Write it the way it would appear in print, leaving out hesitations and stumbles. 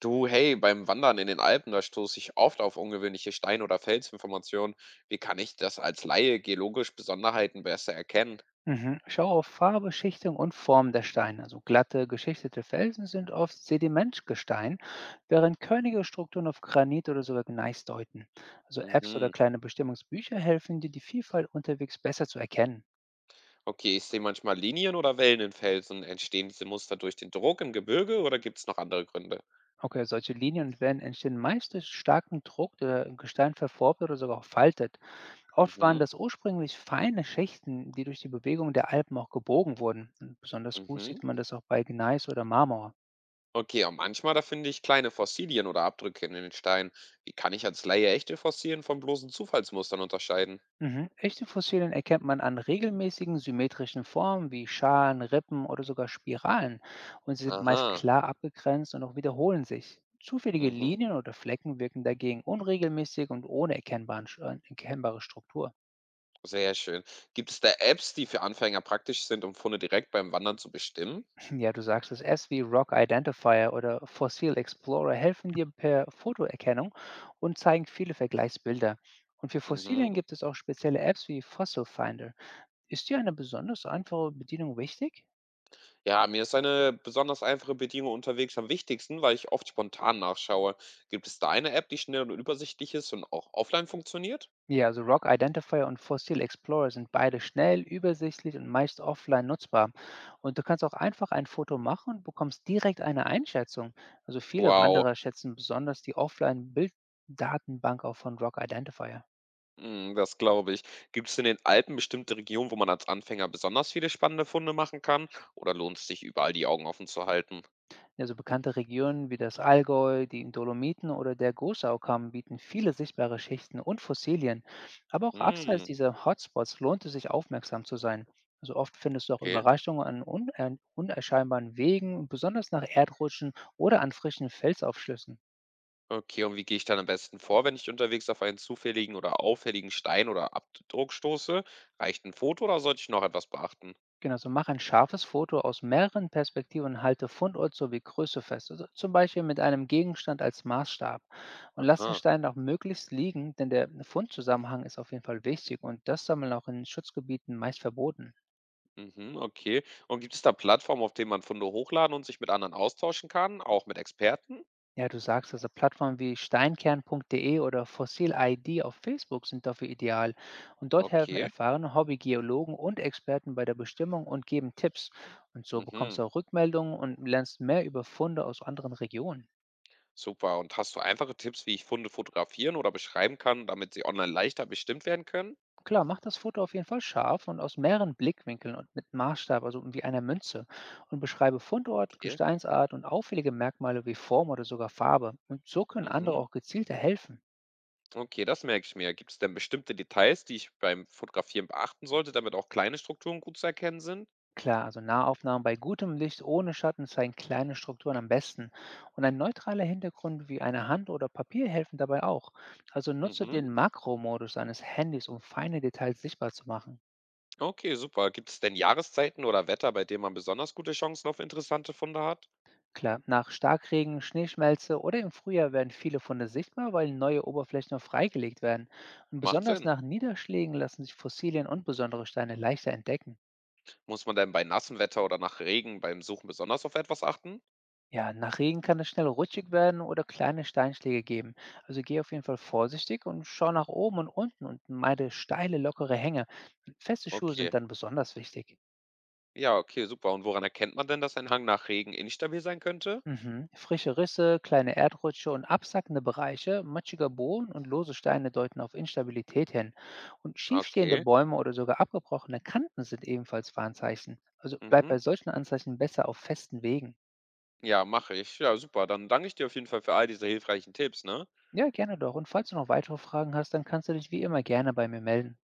Du, hey, beim Wandern in den Alpen, da stoße ich oft auf ungewöhnliche Stein- oder Felsinformationen. Wie kann ich das als Laie geologisch Besonderheiten besser erkennen? Mhm. Schau auf Farbe, Schichtung und Form der Steine. Also glatte, geschichtete Felsen sind oft Sedimentgestein, während körnige Strukturen auf Granit oder sogar Gneis deuten. Also Apps oder Mhm. kleine Bestimmungsbücher helfen dir, die Vielfalt unterwegs besser zu erkennen. Okay, ich sehe manchmal Linien oder Wellen in Felsen. Entstehen diese Muster durch den Druck im Gebirge oder gibt es noch andere Gründe? Okay, solche Linien und Wellen entstehen meist durch starken Druck, der im Gestein verformt oder sogar auch faltet. Oft waren Mhm. das ursprünglich feine Schichten, die durch die Bewegung der Alpen auch gebogen wurden. Und besonders gut Mhm. sieht man das auch bei Gneis oder Marmor. Okay, und manchmal, da finde ich kleine Fossilien oder Abdrücke in den Steinen. Wie kann ich als Laie echte Fossilien von bloßen Zufallsmustern unterscheiden? Mhm. Echte Fossilien erkennt man an regelmäßigen symmetrischen Formen wie Schalen, Rippen oder sogar Spiralen und sie sind meist Aha. klar abgegrenzt und auch wiederholen sich. Zufällige Mhm. Linien oder Flecken wirken dagegen unregelmäßig und ohne erkennbare Struktur. Sehr schön. Gibt es da Apps, die für Anfänger praktisch sind, um Funde direkt beim Wandern zu bestimmen? Ja, du sagst es, Apps wie Rock Identifier oder Fossil Explorer helfen dir per Fotoerkennung und zeigen viele Vergleichsbilder. Und für Fossilien Mhm. gibt es auch spezielle Apps wie Fossil Finder. Ist dir eine besonders einfache Bedienung wichtig? Ja, mir ist eine besonders einfache Bedienung unterwegs am wichtigsten, weil ich oft spontan nachschaue. Gibt es da eine App, die schnell und übersichtlich ist und auch offline funktioniert? Ja, also Rock Identifier und Fossil Explorer sind beide schnell, übersichtlich und meist offline nutzbar. Und du kannst auch einfach ein Foto machen und bekommst direkt eine Einschätzung. Also viele Wow, Wanderer schätzen besonders die Offline-Bilddatenbank auch von Rock Identifier. mm, das glaube ich. Gibt es in den Alpen bestimmte Regionen, wo man als Anfänger besonders viele spannende Funde machen kann? Oder lohnt es sich überall die Augen offen zu halten? Ja, so bekannte Regionen wie das Allgäu, die Dolomiten oder der Großaukamm bieten viele sichtbare Schichten und Fossilien. Aber auch abseits Mm, dieser Hotspots lohnt es sich, aufmerksam zu sein. Also oft findest du auch okay. Überraschungen an unerscheinbaren Wegen, besonders nach Erdrutschen oder an frischen Felsaufschlüssen. Okay, und wie gehe ich dann am besten vor, wenn ich unterwegs auf einen zufälligen oder auffälligen Stein oder Abdruck stoße? Reicht ein Foto oder sollte ich noch etwas beachten? Genau, so mach ein scharfes Foto aus mehreren Perspektiven und halte Fundort sowie Größe fest, also zum Beispiel mit einem Gegenstand als Maßstab. Und lass den Aha, Stein auch möglichst liegen, denn der Fundzusammenhang ist auf jeden Fall wichtig und das Sammeln auch in Schutzgebieten meist verboten. mhm, okay. Und gibt es da Plattformen, auf denen man Funde hochladen und sich mit anderen austauschen kann, auch mit Experten? Ja, du sagst also, Plattformen wie steinkern.de oder Fossil-ID auf Facebook sind dafür ideal. Und dort helfen Okay, erfahrene Hobbygeologen und Experten bei der Bestimmung und geben Tipps. Und so bekommst mhm, du auch Rückmeldungen und lernst mehr über Funde aus anderen Regionen. super. Und hast du einfache Tipps, wie ich Funde fotografieren oder beschreiben kann, damit sie online leichter bestimmt werden können? Klar, macht das Foto auf jeden Fall scharf und aus mehreren Blickwinkeln und mit Maßstab, also wie einer Münze. Und beschreibe Fundort, Okay, Gesteinsart und auffällige Merkmale wie Form oder sogar Farbe. Und so können andere mhm, auch gezielter helfen. okay, das merke ich mir. Gibt es denn bestimmte Details, die ich beim Fotografieren beachten sollte, damit auch kleine Strukturen gut zu erkennen sind? Klar, also Nahaufnahmen bei gutem Licht ohne Schatten zeigen kleine Strukturen am besten. Und ein neutraler Hintergrund wie eine Hand oder Papier helfen dabei auch. Also nutze Mhm. den Makromodus deines Handys, um feine Details sichtbar zu machen. Okay, super. Gibt es denn Jahreszeiten oder Wetter, bei denen man besonders gute Chancen auf interessante Funde hat? Klar, nach Starkregen, Schneeschmelze oder im Frühjahr werden viele Funde sichtbar, weil neue Oberflächen auch freigelegt werden. Und Macht besonders Sinn. nach Niederschlägen lassen sich Fossilien und besondere Steine leichter entdecken. Muss man denn bei nassem Wetter oder nach Regen beim Suchen besonders auf etwas achten? Ja, nach Regen kann es schnell rutschig werden oder kleine Steinschläge geben. Also geh auf jeden Fall vorsichtig und schau nach oben und unten und meide steile, lockere Hänge. Feste Schuhe Okay. sind dann besonders wichtig. Ja, okay, super. Und woran erkennt man denn, dass ein Hang nach Regen instabil sein könnte? Mhm. Frische Risse, kleine Erdrutsche und absackende Bereiche, matschiger Boden und lose Steine deuten auf Instabilität hin. Und schiefstehende Okay. Bäume oder sogar abgebrochene Kanten sind ebenfalls Warnzeichen. Also bleib Mhm. bei solchen Anzeichen besser auf festen Wegen. Ja, mache ich. Ja, super. Dann danke ich dir auf jeden Fall für all diese hilfreichen Tipps, ne? Ja, gerne doch. Und falls du noch weitere Fragen hast, dann kannst du dich wie immer gerne bei mir melden.